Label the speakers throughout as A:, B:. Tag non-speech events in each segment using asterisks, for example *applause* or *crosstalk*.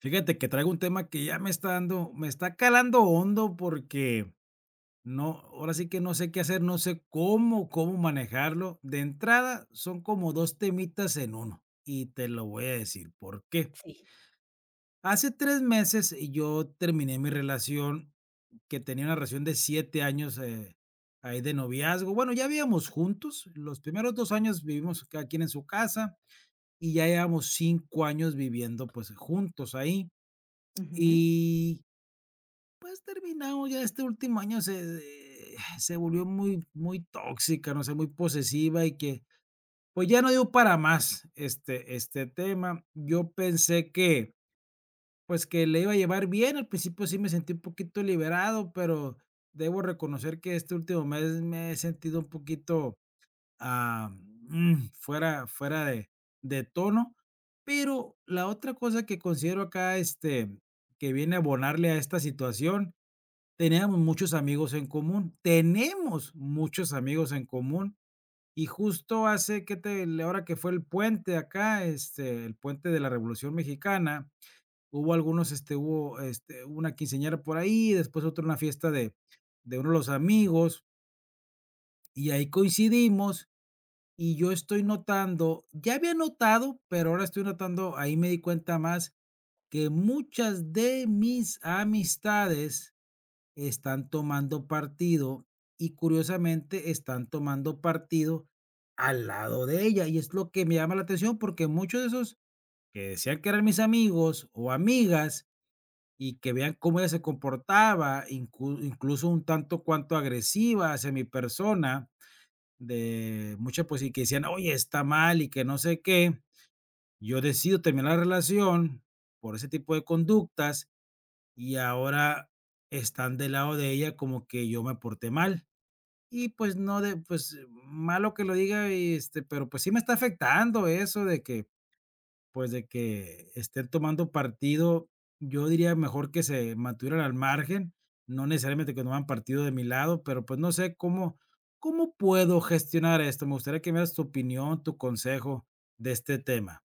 A: Fíjate que traigo un tema que ya me está calando hondo porque no, ahora sí que no sé qué hacer, no sé cómo manejarlo. De entrada, son como 2 temitas en uno, y te lo voy a decir por qué.
B: Sí.
A: Hace 3 meses yo terminé mi relación, que tenía una relación de 7 años, ahí de noviazgo. Bueno, ya vivíamos juntos, los primeros 2 años vivimos cada quien en su casa, y ya llevamos 5 años viviendo, pues, juntos ahí.
B: Ujú.
A: Y terminamos, ya este último año se volvió muy muy tóxica, no sé, muy posesiva y que, pues, ya no dio para más este tema. Yo pensé que, pues, que le iba a llevar bien. Al principio sí me sentí un poquito liberado, pero debo reconocer que este último mes me he sentido un poquito, fuera de tono. Pero la otra cosa que considero acá, este, que viene a abonarle a esta situación. Teníamos muchos amigos en común, tenemos muchos amigos en común, y justo hace que te ahora que fue el puente acá, este, el puente de la Revolución Mexicana, hubo algunos, este, hubo, este, una quinceañera por ahí, después otra una fiesta de uno de los amigos, y ahí coincidimos, y yo estoy notando, ya había notado, pero ahora estoy notando, ahí me di cuenta más, que muchas de mis amistades están tomando partido y curiosamente están tomando partido al lado de ella. Y es lo que me llama la atención porque muchos de esos que decían que eran mis amigos o amigas y que vean cómo ella se comportaba, incluso un tanto cuanto agresiva hacia mi persona, de muchas pues y que decían, oye, está mal y que no sé qué, yo decido terminar la relación por ese tipo de conductas y ahora están del lado de ella como que yo me porté mal. Y pues no de pues malo que lo diga, este, pero pues sí me está afectando eso de que, pues de que estén tomando partido. Yo diría mejor que se mantuvieran al margen, no necesariamente que tomaran partido de mi lado, pero pues no sé cómo, cómo puedo gestionar esto. Me gustaría que me das tu opinión, tu consejo de este tema.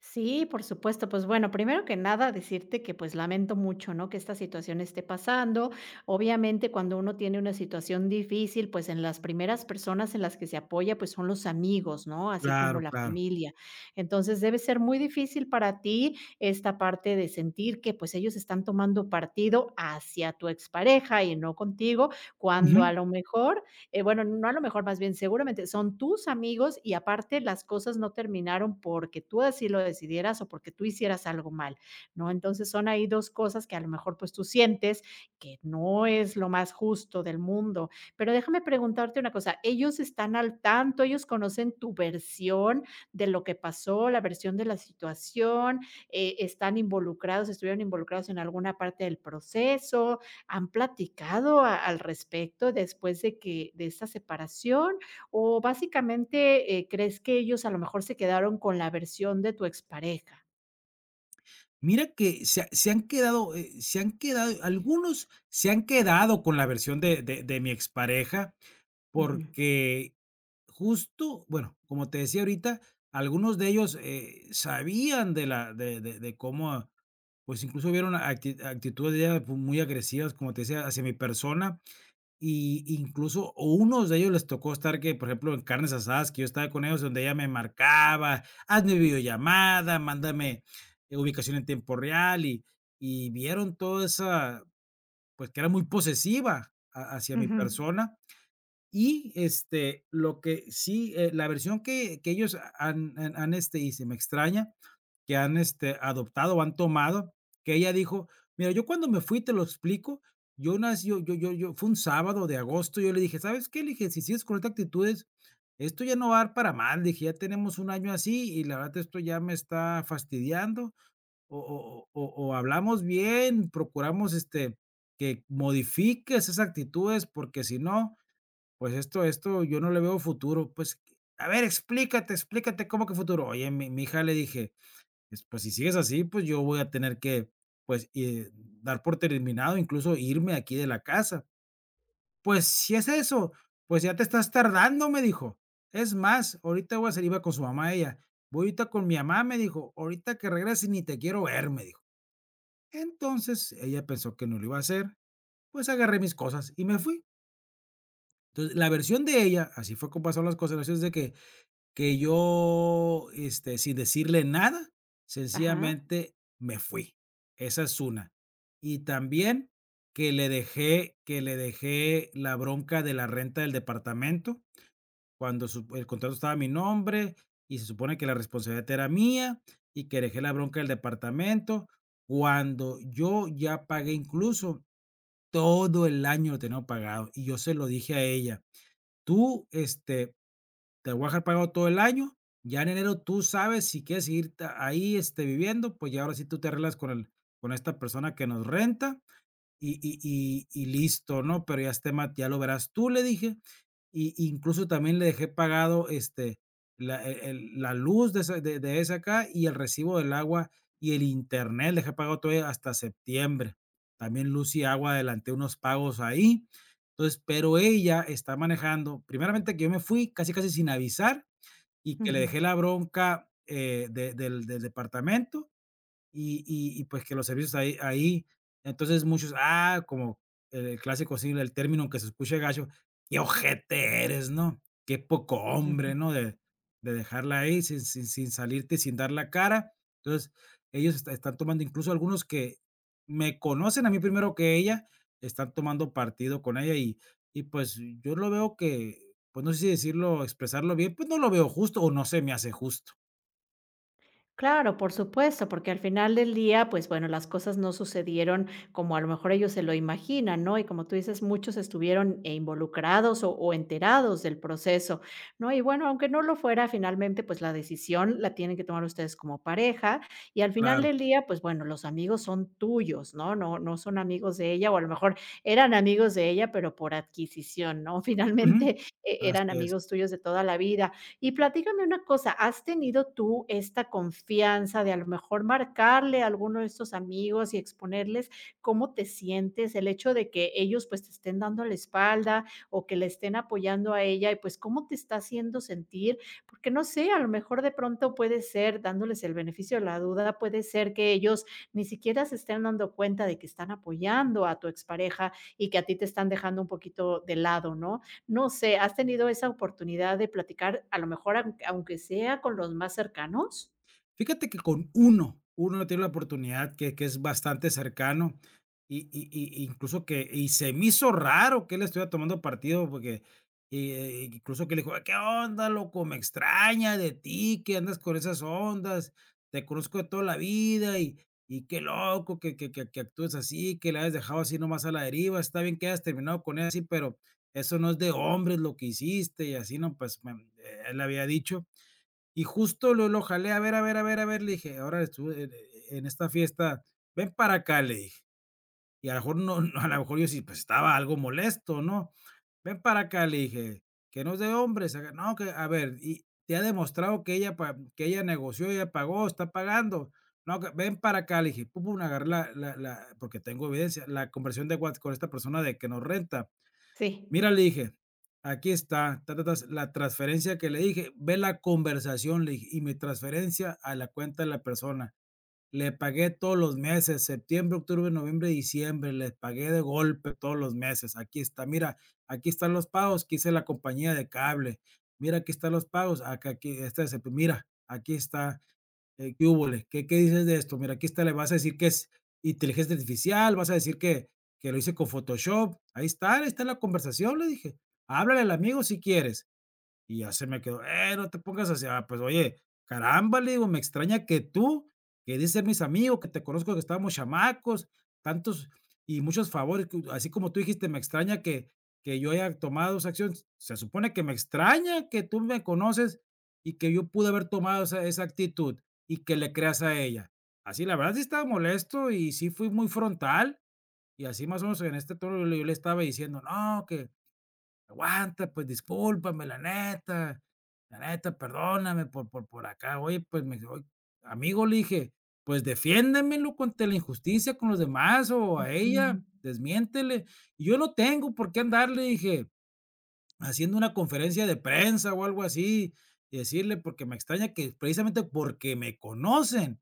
B: Sí, por supuesto. Pues bueno, primero que nada, decirte que pues lamento mucho, ¿no? Que esta situación esté pasando. Obviamente, cuando uno tiene una situación difícil, pues en las primeras personas en las que se apoya, pues son los amigos, ¿no? Así como
A: Claro,
B: la
A: claro.
B: familia. Entonces, debe ser muy difícil para ti esta parte de sentir que pues ellos están tomando partido hacia tu expareja y no contigo, cuando a lo mejor bueno, no a lo mejor más bien seguramente son tus amigos y aparte las cosas no terminaron porque tú así lo decidieras o porque tú hicieras algo mal, ¿no? Entonces son ahí dos cosas que a lo mejor pues tú sientes que no es lo más justo del mundo. Pero déjame preguntarte una cosa, ellos están al tanto, ellos conocen tu versión de lo que pasó, la versión de la situación. ¿Están involucrados, estuvieron involucrados en alguna parte del proceso? ¿Han platicado al respecto después de que de esta separación? ¿O básicamente crees que ellos a lo mejor se quedaron con la versión de tu expareja?
A: Mira que se han quedado, algunos se han quedado con la versión de mi expareja,
B: Ujú,
A: porque justo, bueno, como te decía ahorita, algunos de ellos, sabían de la de cómo, pues, incluso vieron actitudes de ella, pues, muy agresivas, como te decía, hacia mi persona, y incluso o unos de ellos les tocó estar que, por ejemplo, en carnes asadas que yo estaba con ellos, donde ella me marcaba: "Hazme videollamada, mándame ubicación en tiempo real", y vieron toda esa, pues, que era muy posesiva ha hacia mi
B: ujú.
A: persona. Y, este, lo que sí, la versión que ellos han, este, y se me extraña, que han, este, adoptado o han tomado, que ella dijo: "Mira, yo cuando me fui, te lo explico, yo nas yo yo yo yo fue un sábado de agosto, yo le dije: '¿Sabes qué?', le dije: 'Si sigues con estas actitudes, esto ya no va a dar para mal', dije: 'Ya tenemos un año así y la verdad esto ya me está fastidiando, o hablamos bien, procuramos, este, que modifiques esas actitudes, porque si no, pues esto yo no le veo futuro'. Pues, a ver, explícate, explícate, ¿cómo que futuro? Oye, mi hija, le dije, es, pues, si sigues así, pues, yo voy a tener que, pues, dar por terminado, incluso irme aquí de la casa. Pues, si es eso, pues, ya te estás tardando, me dijo. Es más, ahorita voy a salir, iba con su mamá ella. Voy ahorita con mi mamá, me dijo, ahorita que regreses ni te quiero ver, me dijo. Entonces, ella pensó que no lo iba a hacer, pues, agarré mis cosas y me fui. Entonces, la versión de ella, así fue como pasaron las cosas, la versión es de que yo, este, sin decirle nada,
B: Ajá.
A: sencillamente me fui. Esa es una. Y también que le dejé la bronca de la renta del departamento, cuando su el contrato estaba a mi nombre, y se supone que la responsabilidad era mía, y que dejé la bronca del departamento, cuando yo ya pagué, incluso todo el año lo tenía pagado, y yo se lo dije a ella: "Tú, este, te voy a dejar pagado todo el año, ya en enero tú sabes si quieres seguir ahí este, viviendo, pues ya ahora sí tú te arreglas con el, con esta persona que nos renta y listo, ¿no? Pero ya es tema, ya lo verás tú", le dije, y incluso también le dejé pagado, este, la e el la luz de esa acá y el recibo del agua y el internet, le dejé pagado todavía hasta septiembre. También luz y agua, adelanté unos pagos ahí. Entonces, pero ella está manejando primeramente que yo me fui casi, casi sin avisar y que le
B: Ujú,
A: dejé la bronca, de del del departamento y y, pues, que los servicios ahí ahí, entonces muchos, como el clásico, sí, el término, aunque se escuche gacho, qué ojete eres, ¿no? Qué poco hombre,
B: ujú.
A: ¿no? De dejarla ahí sin salirte, sin dar la cara. Entonces, ellos están tomando, incluso algunos que me conocen a mí primero que ella, están tomando partido con ella y, pues, yo lo veo que, pues, no sé si decirlo, expresarlo bien, pues, no lo veo justo o no se me hace justo.
B: Claro, por supuesto, porque al final del día, pues bueno, las cosas no sucedieron como a lo mejor ellos se lo imaginan, ¿no? Y como tú dices, muchos estuvieron involucrados o enterados del proceso, ¿no? Y bueno, aunque no lo fuera, finalmente, pues la decisión la tienen que tomar ustedes como pareja y al final
A: Claro.
B: del día, pues bueno, los amigos son tuyos, ¿no? No, no son amigos de ella o a lo mejor eran amigos de ella, pero por adquisición, ¿no? *laughs*
A: Ujú.
B: Finalmente eran
A: Así es.
B: amigos tuyos de toda la vida. Y platícame una cosa, ¿has tenido tú esta confianza de a lo mejor marcarle a alguno de estos amigos y exponerles cómo te sientes? El hecho de que ellos pues te estén dando la espalda o que le estén apoyando a ella y pues cómo te está haciendo sentir, porque no sé, a lo mejor de pronto puede ser, dándoles el beneficio de la duda, puede ser que ellos ni siquiera se estén dando cuenta de que están apoyando a tu expareja y que a ti te están dejando un poquito de lado, ¿no? No sé, ¿has tenido esa oportunidad de platicar, a lo mejor, aunque sea con los más cercanos?
A: Fíjate que con uno, uno tiene la oportunidad, que es bastante cercano, y incluso que y se me hizo raro que él estuviera tomando partido porque, y, incluso que le dijo: "¿Qué onda, loco? Me extraña de ti, que andas con esas ondas, te conozco de toda la vida y qué loco que actúes así, que la has dejado así nomás a la deriva. Está bien que hayas terminado con él así, pero eso no es de hombres lo que hiciste", y así, ¿no? Pues, me él le había dicho. Y justo lo jalé, a ver, a ver, a ver, a ver, le dije, ahora estuve en esta fiesta, ven para acá, le dije. Y a lo mejor no, no, a lo mejor yo sí, pues estaba algo molesto, ¿no? Ven para acá, le dije, que no es de hombres, acá, no, que, a ver, y te ha demostrado que ella, que ella negoció, ella pagó, está pagando. No, que- ven para acá, le dije, pum, pum, agarré la, porque tengo evidencia, la conversión de WhatsApp con esta persona de que nos renta.
B: Sí.
A: Mira, le dije, aquí está, ta, ta, tas, la transferencia, que le dije, ve la conversación, le dije, y mi transferencia a la cuenta de la persona. Le pagué todos los meses, septiembre, octubre, noviembre, diciembre, les pagué de golpe todos los meses. Aquí está, mira, aquí están los pagos que hice, la compañía de cable. Mira, aquí están los pagos, acá, aquí, este, es el- mira, aquí está. ¿Qué húbole? Qué dices de esto? Mira, aquí está, le vas a decir que es inteligencia artificial, vas a decir que lo hice con Photoshop. Ahí está la conversación, le dije. Háblale al amigo si quieres. Y ya se me quedó, no te pongas así, ah, pues oye, caramba, le digo, me extraña que tú, que dicen mis amigos, que te conozco que estábamos chamacos, tantos y muchos favores, que así como tú dijiste, me extraña que yo haya tomado esa acción, se supone que me extraña que tú me conoces y que yo pude haber tomado esa, esa actitud y que le creas a ella. Así, la verdad sí estaba molesto y sí fui muy frontal y así más o menos en este tono yo le estaba diciendo, no, aguanta, pues discúlpame, la neta, perdóname por acá. Oye, pues me dice: "Oy amigo", le dije, pues defiéndemelo contra la injusticia con los demás o a ella,
B: Mm.
A: desmiéntele. Y yo no tengo por qué andarle, dije, haciendo una conferencia de prensa o algo así y decirle, porque me extraña que precisamente porque me conocen,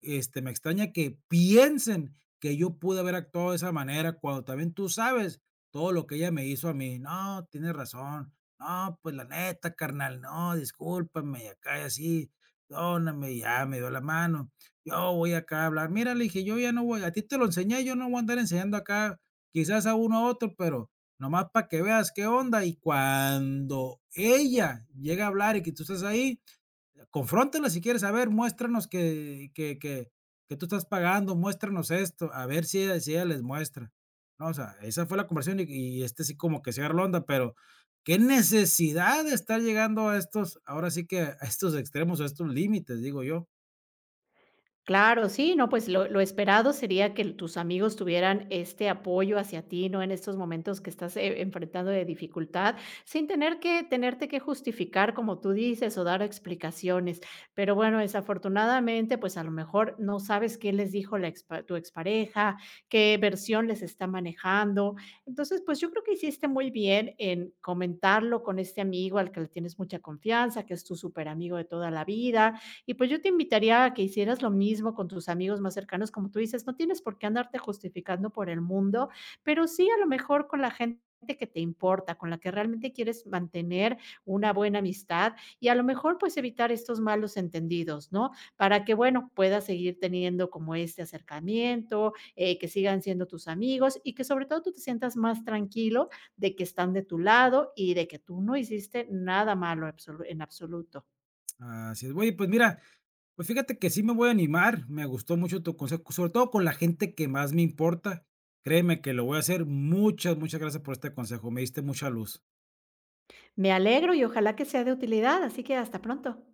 A: este, me extraña que piensen que yo pude haber actuado de esa manera cuando también tú sabes todo lo que ella me hizo a mí. No, tienes razón. No, pues la neta, carnal, no, discúlpame, y acá y así, perdóname, y ya me dio la mano. Yo voy acá a hablar. Mira, le dije, yo ya no voy, a ti te lo enseñé, yo no voy a andar enseñando acá, quizás a uno a otro, pero nomás para que veas qué onda. Y cuando ella llega a hablar y que tú estás ahí, confróntala si quieres, a ver, muéstranos que tú estás pagando, muéstranos esto, a ver si ella, si ella les muestra. No, o sea, esa fue la conversión, y este sí como que se agarró la onda, pero qué necesidad de estar llegando a estos, ahora sí que a estos extremos, a estos límites, digo yo.
B: Claro, sí, no, pues lo esperado sería que tus amigos tuvieran este apoyo hacia ti, ¿no? En estos momentos que estás enfrentando de dificultad, sin tener que tenerte que justificar, como tú dices, o dar explicaciones. Pero bueno, desafortunadamente, pues a lo mejor no sabes qué les dijo la tu expareja, qué versión les está manejando. Entonces, pues yo creo que hiciste muy bien en comentarlo con este amigo al que le tienes mucha confianza, que es tu súper amigo de toda la vida y pues yo te invitaría a que hicieras lo mismo con tus amigos más cercanos, como tú dices, no tienes por qué andarte justificando por el mundo, pero sí a lo mejor con la gente que te importa, con la que realmente quieres mantener una buena amistad y a lo mejor pues evitar estos malos entendidos, ¿no? Para que, bueno, puedas seguir teniendo como este acercamiento, que sigan siendo tus amigos y que sobre todo tú te sientas más tranquilo de que están de tu lado y de que tú no hiciste nada malo en absoluto.
A: Así es. Oye, pues mira, pues fíjate que sí me voy a animar. Me gustó mucho tu consejo, sobre todo con la gente que más me importa. Créeme que lo voy a hacer. Muchas, muchas gracias por este consejo. Me diste mucha luz.
B: Me alegro y ojalá que sea de utilidad, así que hasta pronto.